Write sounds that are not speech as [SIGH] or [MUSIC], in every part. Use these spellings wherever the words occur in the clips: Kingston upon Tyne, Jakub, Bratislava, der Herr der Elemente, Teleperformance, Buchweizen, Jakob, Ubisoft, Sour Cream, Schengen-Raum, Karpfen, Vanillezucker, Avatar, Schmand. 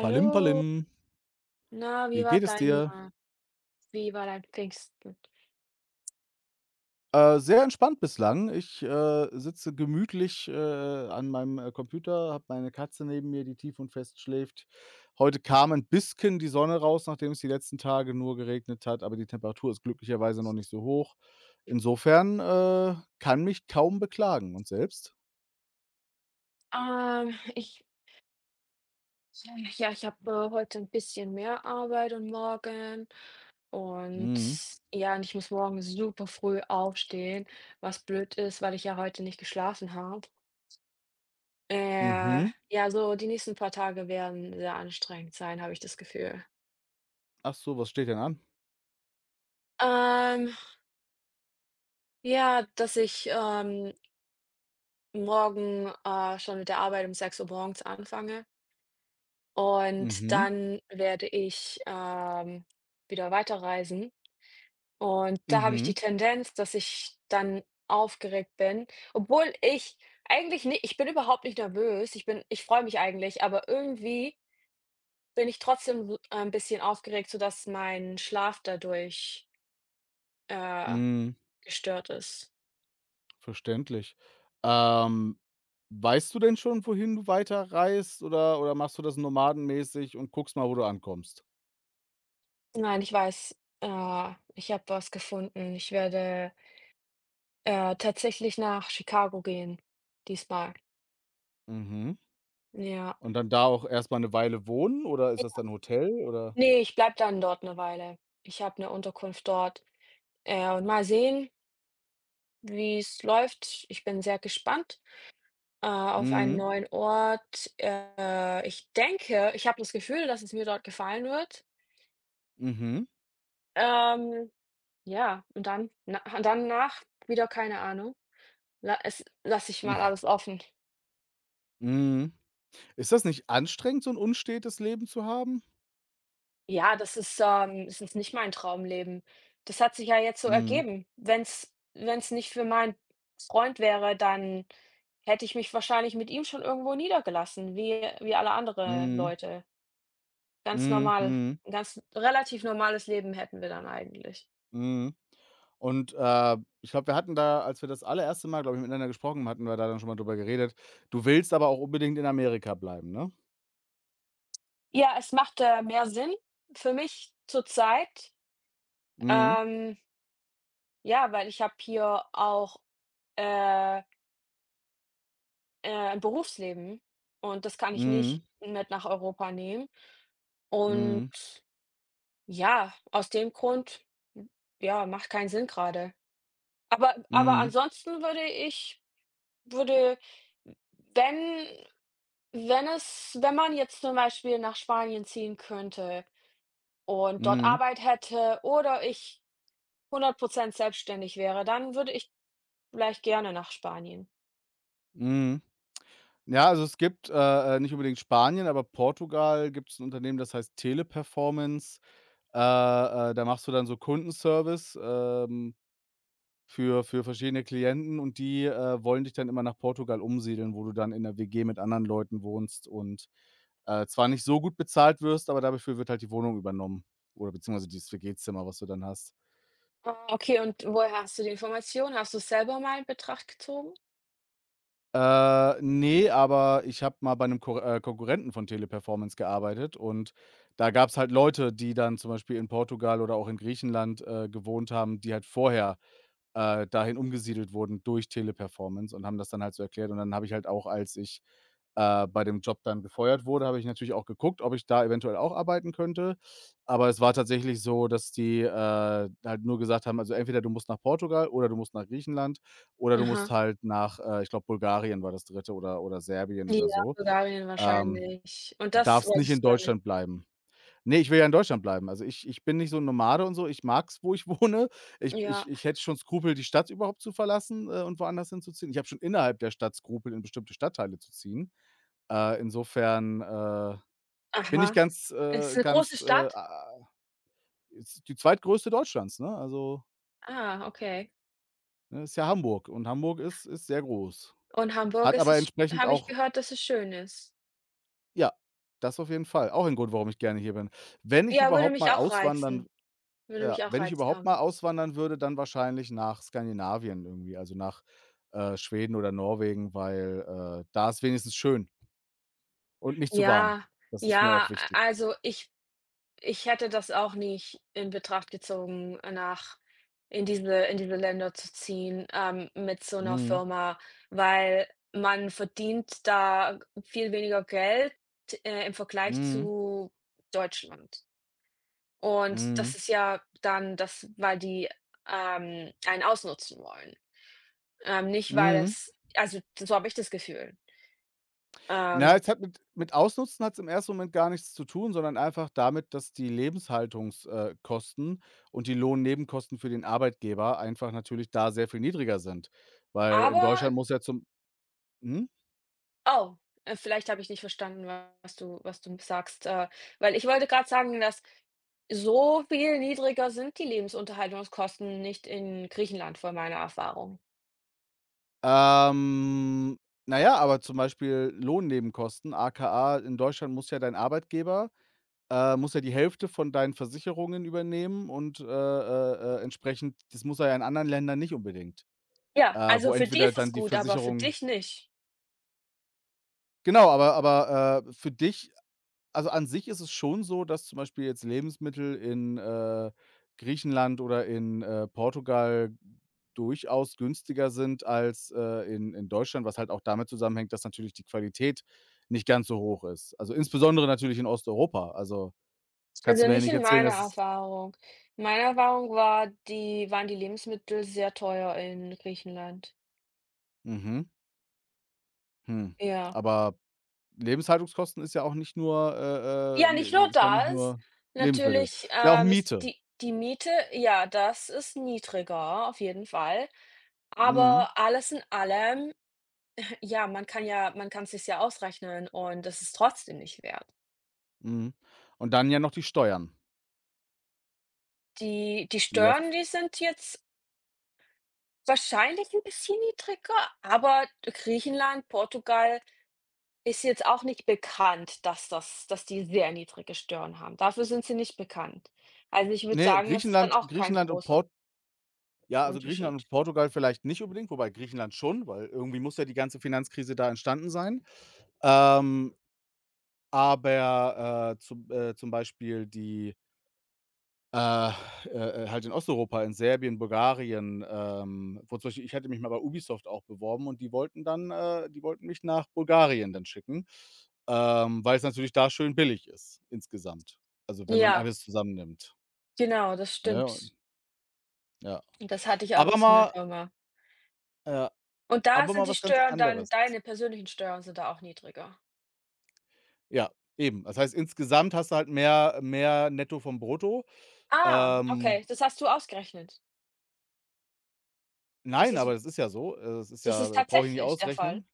Palim Palim, na, wie geht es dir? Wie war dein Pfingsten? Sehr entspannt bislang. Ich, sitze gemütlich, an meinem, Computer, habe meine Katze neben mir, die tief und fest schläft. Heute kam ein bisschen die Sonne raus, nachdem es die letzten Tage nur geregnet hat, aber die Temperatur ist glücklicherweise noch nicht so hoch. Insofern, kann mich kaum beklagen. Und selbst? Ich Ja, ich habe, heute ein bisschen mehr Arbeit und morgen und Mhm. ja, und ich muss morgen super früh aufstehen, was blöd ist, weil ich ja heute nicht geschlafen habe. Mhm. Ja, so die nächsten paar Tage werden sehr anstrengend sein, habe ich das Gefühl. Ach so, was steht denn an? Ähm, ja, dass ich, morgen, schon mit der Arbeit um 6 Uhr morgens anfange. Und Mhm. dann werde ich, wieder weiterreisen. Und da habe ich die Mhm. Tendenz, dass ich dann aufgeregt bin, obwohl ich eigentlich nicht. Ich bin überhaupt nicht nervös. Ich freue mich eigentlich, aber irgendwie bin ich trotzdem so ein bisschen aufgeregt, sodass mein Schlaf dadurch, äh, Mhm. gestört ist. Verständlich. Ähm, Weißt du denn schon, wohin du weiterreist, oder machst du das nomadenmäßig und guckst mal, wo du ankommst? Nein, ich weiß, ich habe was gefunden. Ich werde, tatsächlich nach Chicago gehen diesmal. Mhm. Ja. Und dann da auch erst mal 'ne Weile wohnen oder ist das dann Hotel oder? Nee, ich bleibe dann dort 'ne Weile. Ich habe 'ne Unterkunft dort. Und mal sehen, wie's läuft. Ich bin sehr gespannt, auf einen Mhm, neuen Ort. Ich habe das Gefühl, dass es mir dort gefallen wird. mhm, Ähm, ja, und dann danach wieder keine Ahnung. La es lasse ich mal alles [LAUGHS] offen. mhm. Ist das nicht anstrengend, so ein unstetes Leben zu haben? Ja, es ist nicht mein Traumleben. Das hat sich ja jetzt so Mhm, ergeben. Wenn's nicht für meinen Freund wäre, dann hätte ich mich wahrscheinlich mit ihm schon irgendwo niedergelassen, wie alle andere mhm, Leute. Ganz mhm, normal. mhm, 'N ganz relativ normales Leben hätten wir dann eigentlich. mhm. Und, ich glaube, wir hatten da, als wir das allererste Mal, glaube ich, miteinander gesprochen, hatten wir da dann schon mal drüber geredet. Du willst aber auch unbedingt in Amerika bleiben, ne? Ja, es macht, mehr Sinn für mich zurzeit, Mhm. ähm, ja, weil ich habe hier auch, äh Berufsleben und das kann ich Mhm, nicht mit nach Europa nehmen. mhm, Und ja, aus dem Grund, hm, ja, macht keinen Sinn gerade. Aber mhm, ansonsten würde ich würde wenn wenn es wenn man jetzt zum Beispiel nach Spanien ziehen könnte und dort mhm, Arbeit hätte oder ich 100 selbstständig wäre, dann würde ich vielleicht gerne nach Spanien. mhm. Ja, also es gibt, nicht unbedingt Spanien, aber Portugal, gibt es ein Unternehmen, das heißt Teleperformance. Äh, Da machst du dann so Kundenservice, für verschiedene Klienten, und die, wollen dich dann immer nach Portugal umsiedeln, wo du dann in 'ner WG mit anderen Leuten wohnst, und, zwar nicht so gut bezahlt wirst, aber dafür wird halt die Wohnung übernommen, oder beziehungsweise dieses WG-Zimmer, was du dann hast. Ah, okay, und woher hast du die Information? Hast du's selber mal in Betracht gezogen? Ne, aber ich habe mal bei einem Ko Konkurrenten von Teleperformance gearbeitet, und da gab's halt Leute, die dann zum Beispiel in Portugal oder auch in Griechenland, gewohnt haben, die halt vorher, dahin umgesiedelt wurden durch Teleperformance und haben das dann halt so erklärt. Und dann habe ich halt auch, als ich, bei dem Job dann gefeuert wurde, habe ich natürlich auch geguckt, ob ich da eventuell auch arbeiten könnte. Aber es war tatsächlich so, dass die, halt nur gesagt haben: „Also, entweder du musst nach Portugal oder du musst nach Griechenland." Oder du musst Aha. halt nach, ich glaube, Bulgarien war das Dritte, oder Serbien oder Ja, so. Bulgarien Ähm, wahrscheinlich. Und Du das darfst nicht in wolltest du dann nicht. Deutschland bleiben. Ne, ich will ja in Deutschland bleiben. Also, ich bin nicht so ein Nomade und so. Ich mag's, wo ich [LAUGHS] wohne. Ich Ja, ich ich hätte schon Skrupel, die Stadt überhaupt zu verlassen, und woanders hinzuziehen. Ich habe schon innerhalb der Stadt Skrupel, in bestimmte Stadtteile zu ziehen. Insofern, bin ich aha. ganz, Ist 'ne große ganz, Stadt? a ist die zweitgrößte Deutschlands, ne? Also, Ah, okay. ne, ist ja Hamburg, und Hamburg ist sehr groß. Und Hamburg Hat ist aber es sch entsprechend habe ich auch. gehört, dass es schön ist. Ja, das auf jeden Fall. Auch ein Grund, warum ich gerne hier bin. Wenn ich Ja, würde überhaupt mich mal auch auswandern reizen. Würde ja, mich auch wenn ich reizen, überhaupt mal Hamburg. auswandern würde, dann wahrscheinlich nach Skandinavien irgendwie, also nach, Schweden oder Norwegen, weil, da ist wenigstens schön und nicht zu warm. Ja, Das ist mir ja, auch a wichtig. also, ich hätte das auch nicht in Betracht gezogen, nach in diese Länder zu ziehen, mit so 'ner Mhm. Firma, weil man verdient da viel weniger Geld, im Vergleich Mhm. zu Deutschland. Und das Mhm. ist ja dann das, weil die, einen ausnutzen wollen. Nicht weil Mhm. es, also, so habe ich das Gefühl. Na, Ähm, es hat mit Ausnutzen hat es im ersten Moment gar nichts zu tun, sondern einfach damit, dass die Lebenshaltungskosten Kosten und die Lohnnebenkosten für den Arbeitgeber einfach natürlich da sehr viel niedriger sind. Weil in aber Deutschland muss ja zum. Mhm? Oh, vielleicht habe ich nicht verstanden, was du sagst, weil ich wollte gerade sagen, dass so viel niedriger sind die Lebensunterhaltungskosten nicht in Griechenland von meiner Erfahrung. Ähm, na ja, aber zum Beispiel Lohnnebenkosten, AKA in Deutschland muss ja dein Arbeitgeber, muss ja die Hälfte von deinen Versicherungen übernehmen und, entsprechend das muss er ja in anderen Ländern nicht unbedingt, Ja, also wo für die entweder ist dann es die gut, aber für Versicherung. dich nicht. Genau, aber aber für dich, also, an sich ist es schon so, dass zum Beispiel jetzt Lebensmittel in, Griechenland oder in, Portugal durchaus günstiger sind als, in Deutschland, was halt auch damit zusammenhängt, dass natürlich die Qualität nicht ganz so hoch ist. Also, insbesondere natürlich in Osteuropa. Also, kannst du Also mir ja nicht nicht in erzählen, meiner dass es. Erfahrung. Meine Erfahrung war, die waren die Lebensmittel sehr teuer in Griechenland. Mhm, hm. Ja. Aber Lebenshaltungskosten ist ja auch nicht nur, Ja, le nicht nur ist ja nicht das. nur Lebensmittel. Natürlich, Ist ja auch ist Miete. die Miete, ja, das ist niedriger auf jeden Fall. Mhm. Aber alles in allem, ja, man kann es sich ja ausrechnen und das ist trotzdem nicht wert. Mhm. Und dann ja noch die Steuern, Die die ja Steuern, f die sind jetzt wahrscheinlich ein bisschen niedriger, aber Griechenland, Portugal ist jetzt auch nicht bekannt, dass dass die sehr niedrige Steuern haben. Dafür sind sie nicht bekannt. Also, ich würde ne, sagen, das ist dann Griechenland auch kein Griechenland und großer Port ja, also Griechenland Unterschied. und Portugal vielleicht nicht unbedingt, wobei Griechenland schon, weil irgendwie muss ja die ganze Finanzkrise da entstanden sein. Ähm, aber, zum zum Beispiel die. Äh, halt in Osteuropa, in Serbien, Bulgarien, wo zum Beispiel, ich hatte mich mal bei Ubisoft auch beworben und die wollten dann, die wollten mich nach Bulgarien dann schicken, weil es natürlich da schön billig ist insgesamt. Also, wenn man Ja, alles zusammennimmt, genau, das ne, und stimmt. ja. Das hatte ich auch, Aber so eine mal Firma. ja, Und da aber sind mal die was ganz Steuern dann, anderes. deine persönlichen Steuern sind da auch niedriger. Ja, eben. Das heißt, insgesamt hast du halt mehr netto vom brutto. Ah, Ähm, okay, das hast du ausgerechnet. Das nein, ist aber das ist ja so. Das ist das ist ja, brauche ich nicht tatsächlich der Fall? ausrechnen.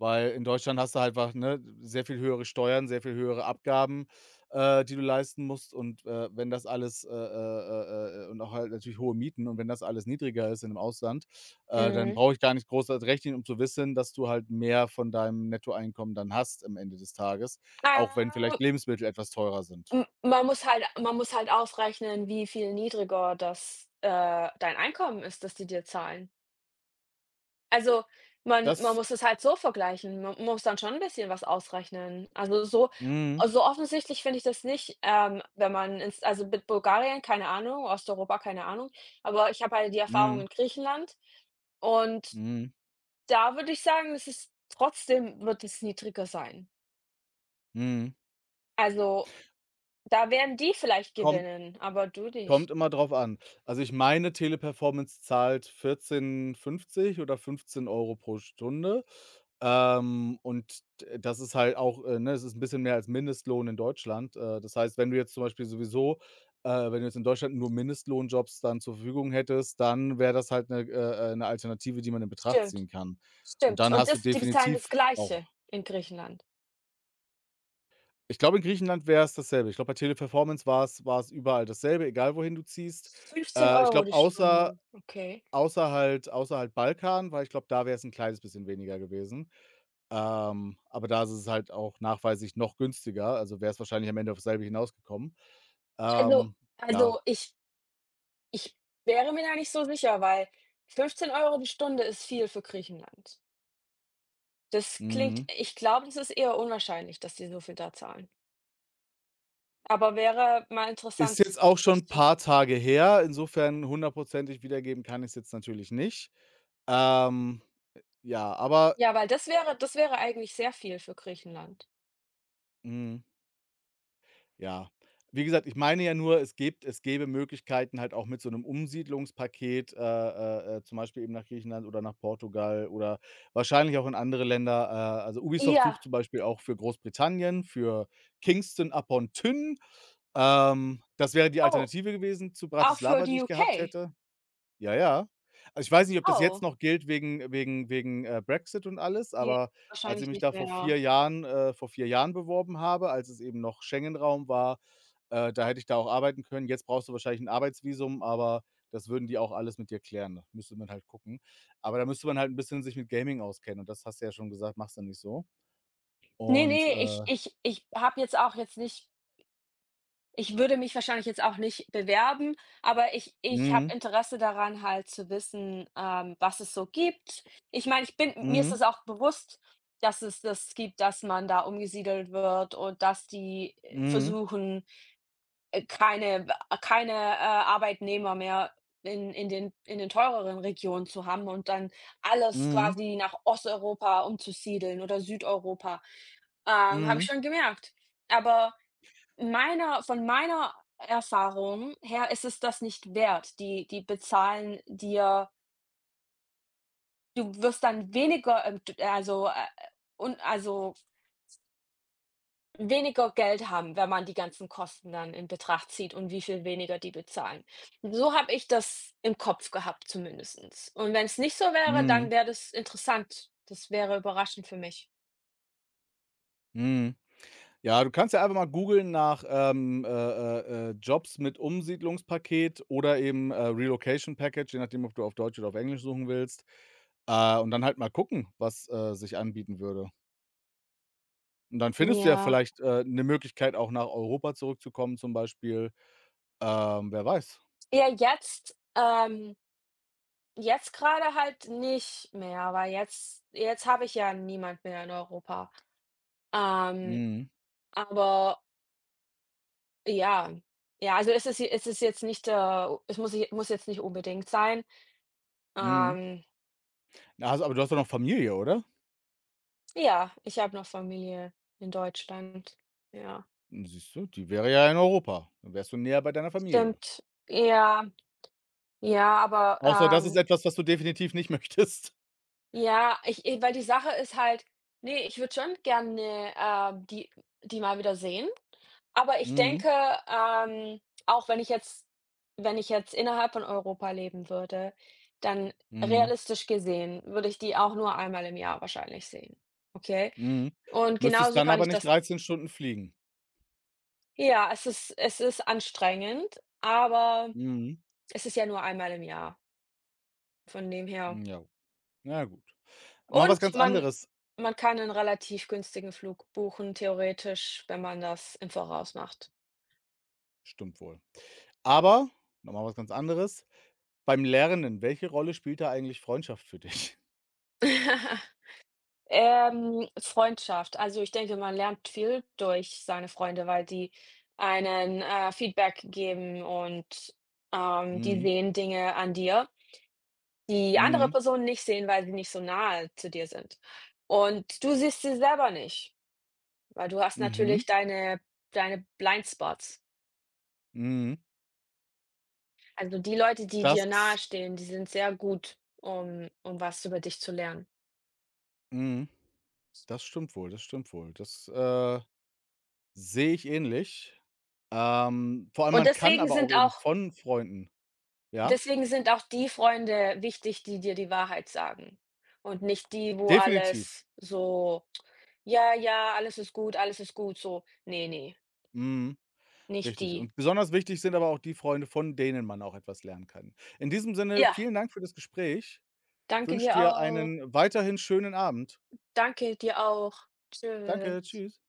Weil in Deutschland hast du halt einfach, ne, sehr viel höhere Steuern, sehr viel höhere Abgaben, die du leisten musst. Und, wenn das alles, und auch halt natürlich hohe Mieten, und wenn das alles niedriger ist in dem Ausland, dann Mhm. brauche ich gar nicht groß das rechnen, um zu wissen, dass du halt mehr von deinem Nettoeinkommen dann hast am Ende des Tages, auch wenn vielleicht Ah, Lebensmittel etwas teurer sind. m man muss halt ausrechnen, wie viel niedriger das, dein Einkommen ist, das die dir zahlen. Also, man Das. muss es halt so vergleichen. Man muss dann schon 'n bisschen was ausrechnen. Also, so Mhm, so offensichtlich finde ich das nicht, wenn man ins also, mit Bulgarien, keine Ahnung, Osteuropa, keine Ahnung, aber ich habe halt die Erfahrung mhm, in Griechenland und mhm, Da würde ich sagen, es ist trotzdem, wird es niedriger sein. mhm. Also, da werden die vielleicht Kommt gewinnen, aber du Kommt nicht. immer drauf an. Also, ich meine, Teleperformance zahlt 14,50 oder 15 Euro pro Stunde. Und d das ist halt auch, ne, es ist ein bisschen mehr als Mindestlohn in Deutschland. Das heißt, wenn du jetzt zum Beispiel sowieso, wenn du jetzt in Deutschland nur Mindestlohnjobs dann zur Verfügung hättest, dann wäre das halt eine 'ne Alternative, die man in Betracht Stimmt, ziehen kann. Und stimmt. dann Und hast du das die bezahlen das definitiv auch Gleiche in Griechenland. Ich glaube, in Griechenland wäre es dasselbe. Ich glaube, bei Teleperformance war es überall dasselbe, egal wohin du ziehst. 15 Ich Euro glaube, die außer Stunde, okay. Außer halt Balkan, weil ich glaube, da wäre es ein kleines bisschen weniger gewesen. Aber da ist es halt auch nachweislich noch günstiger, also wäre es wahrscheinlich am Ende auf dasselbe hinausgekommen. Also Ähm, ja, also, ich wäre mir da nicht so sicher, weil 15 Euro die Stunde ist viel für Griechenland. Das klingt mhm. Ich glaube, das ist eher unwahrscheinlich, dass die so viel da zahlen. Aber wäre mal Ist interessant, jetzt auch schon das ein zu paar Tage her, insofern hundertprozentig wiedergeben kann ich es jetzt natürlich nicht. Ähm, ja, aber. ja, weil das wäre eigentlich sehr viel für Griechenland. Mhm. Ja. Wie gesagt, ich meine ja nur, es gäbe Möglichkeiten halt auch mit so einem Umsiedlungspaket, zum Beispiel eben nach Griechenland oder nach Portugal oder wahrscheinlich auch in andere Länder. Also, Ubisoft sucht Ja. zum Beispiel auch für Großbritannien, für Kingston upon Tyn. Das wäre die Oh. Alternative gewesen zu Auch für Bratislava, die die ich gehabt UK? hätte. Ja, ja. Also, ich weiß nicht, ob das jetzt Oh. noch gilt wegen Brexit und alles, Ne, aber als ich wahrscheinlich mich nicht da mehr. Vor 4 Jahren beworben habe, als es eben noch Schengen-Raum war, da hätte ich da auch arbeiten können. Jetzt brauchst du wahrscheinlich ein Arbeitsvisum, aber das würden die auch alles mit dir klären. Da müsste man halt gucken. Aber da müsste man halt ein bisschen sich mit Gaming auskennen und das hast du ja schon gesagt, machst du nicht so. Ne, Und, ne, ich ich ich habe jetzt auch jetzt nicht, ich würde mich wahrscheinlich jetzt auch nicht bewerben, aber ich habe mhm, Interesse daran, halt zu wissen, was es so gibt. Ich meine, ich bin mir ist mhm, das auch bewusst, dass es das gibt, dass man da umgesiedelt wird und dass die, mhm, versuchen. Keine Arbeitnehmer mehr in den teureren Regionen zu haben und dann alles mhm, quasi nach Osteuropa umzusiedeln oder Südeuropa. Habe ich mhm, schon gemerkt. Aber meiner von meiner Erfahrung her ist es das nicht wert. Die bezahlen dir, du wirst dann weniger, d also, und also weniger Geld haben, wenn man die ganzen Kosten dann in Betracht zieht und wie viel weniger die bezahlen. So habe ich das im Kopf gehabt zumindestens. Und wenn es nicht so wäre, dann mhm, wäre das interessant. Das wäre überraschend für mich. mhm. Ja, du kannst ja einfach mal googeln nach, Jobs mit Umsiedlungspaket oder eben, Relocation Package, je nachdem, ob du auf Deutsch oder auf Englisch suchen willst. Und dann halt mal gucken, was, sich anbieten würde. Und dann findest du ja Ja. vielleicht, 'ne Möglichkeit, auch nach Europa zurückzukommen zum Beispiel. Wer weiß. Ja, jetzt jetzt gerade halt nicht mehr, weil jetzt habe ich ja niemand mehr in Europa. Ähm, Mhm, aber ja. Ja, also es ist jetzt nicht, es muss je muss jetzt nicht unbedingt sein. mhm. Ähm Na, hast aber du hast doch noch Familie, oder? Ja, ich habe noch Familie in Deutschland. Ja, Hm, siehst du, die wäre ja in Europa. Dann wärst du näher bei deiner Familie. stimmt. Ja, ja, aber, Außer das ist ähm, etwas, was du definitiv nicht [LAUGHS] möchtest. ja, ich weil die Sache ist halt, nee, ich würde schon gerne, die mal wieder sehen, aber ich Mhm, denke, ähm, auch wenn ich jetzt wenn ich jetzt innerhalb von Europa leben würde, dann mhm. realistisch gesehen würde ich die auch nur einmal im Jahr wahrscheinlich sehen, okay? Mhm. Und Müsstest genauso dann kann aber ich nicht das. 13 Stunden fliegen. Ja, es ist anstrengend, aber Mhm. es ist ja nur einmal im Jahr, von dem her. Ja. Na gut. Mal Und was ganz man anderes. man kann 'nen relativ günstigen Flug buchen, theoretisch, wenn man das im Voraus macht. Stimmt wohl. Aber noch mal was ganz anderes. Beim Lernen, welche Rolle spielt da eigentlich Freundschaft für dich? [LAUGHS] [LAUGHS] Freundschaft. Also, ich denke, man lernt viel durch seine Freunde, weil die einen, Feedback geben und, die Mhm. sehen Dinge an dir, die andere Mhm. Personen nicht sehen, weil sie nicht so nahe zu dir sind. Und du siehst sie selber nicht, weil du hast Mhm. natürlich deine Blindspots. Mhm. Also, die Leute, die dir Das. nahestehen, die sind sehr gut, um was über dich zu lernen. Mhm. Das stimmt wohl, das stimmt wohl. Das, sehe ich ähnlich. Vor allem Und man kann deswegen aber auch sind eben auch von Freunden. Ja, Deswegen sind auch die Freunde wichtig, die dir die Wahrheit sagen und nicht die, wo definitiv. alles so: „Ja, ja, alles ist gut, alles ist gut", so. Nee, Mhm. nicht Richtig. die. Und besonders wichtig sind aber auch die Freunde, von denen man auch etwas lernen kann. In diesem Sinne, Ja, vielen Dank für das Gespräch. Ich danke wünsche dir dir auch. einen weiterhin schönen Abend. Danke dir auch. Danke, Tschüss. tschüss.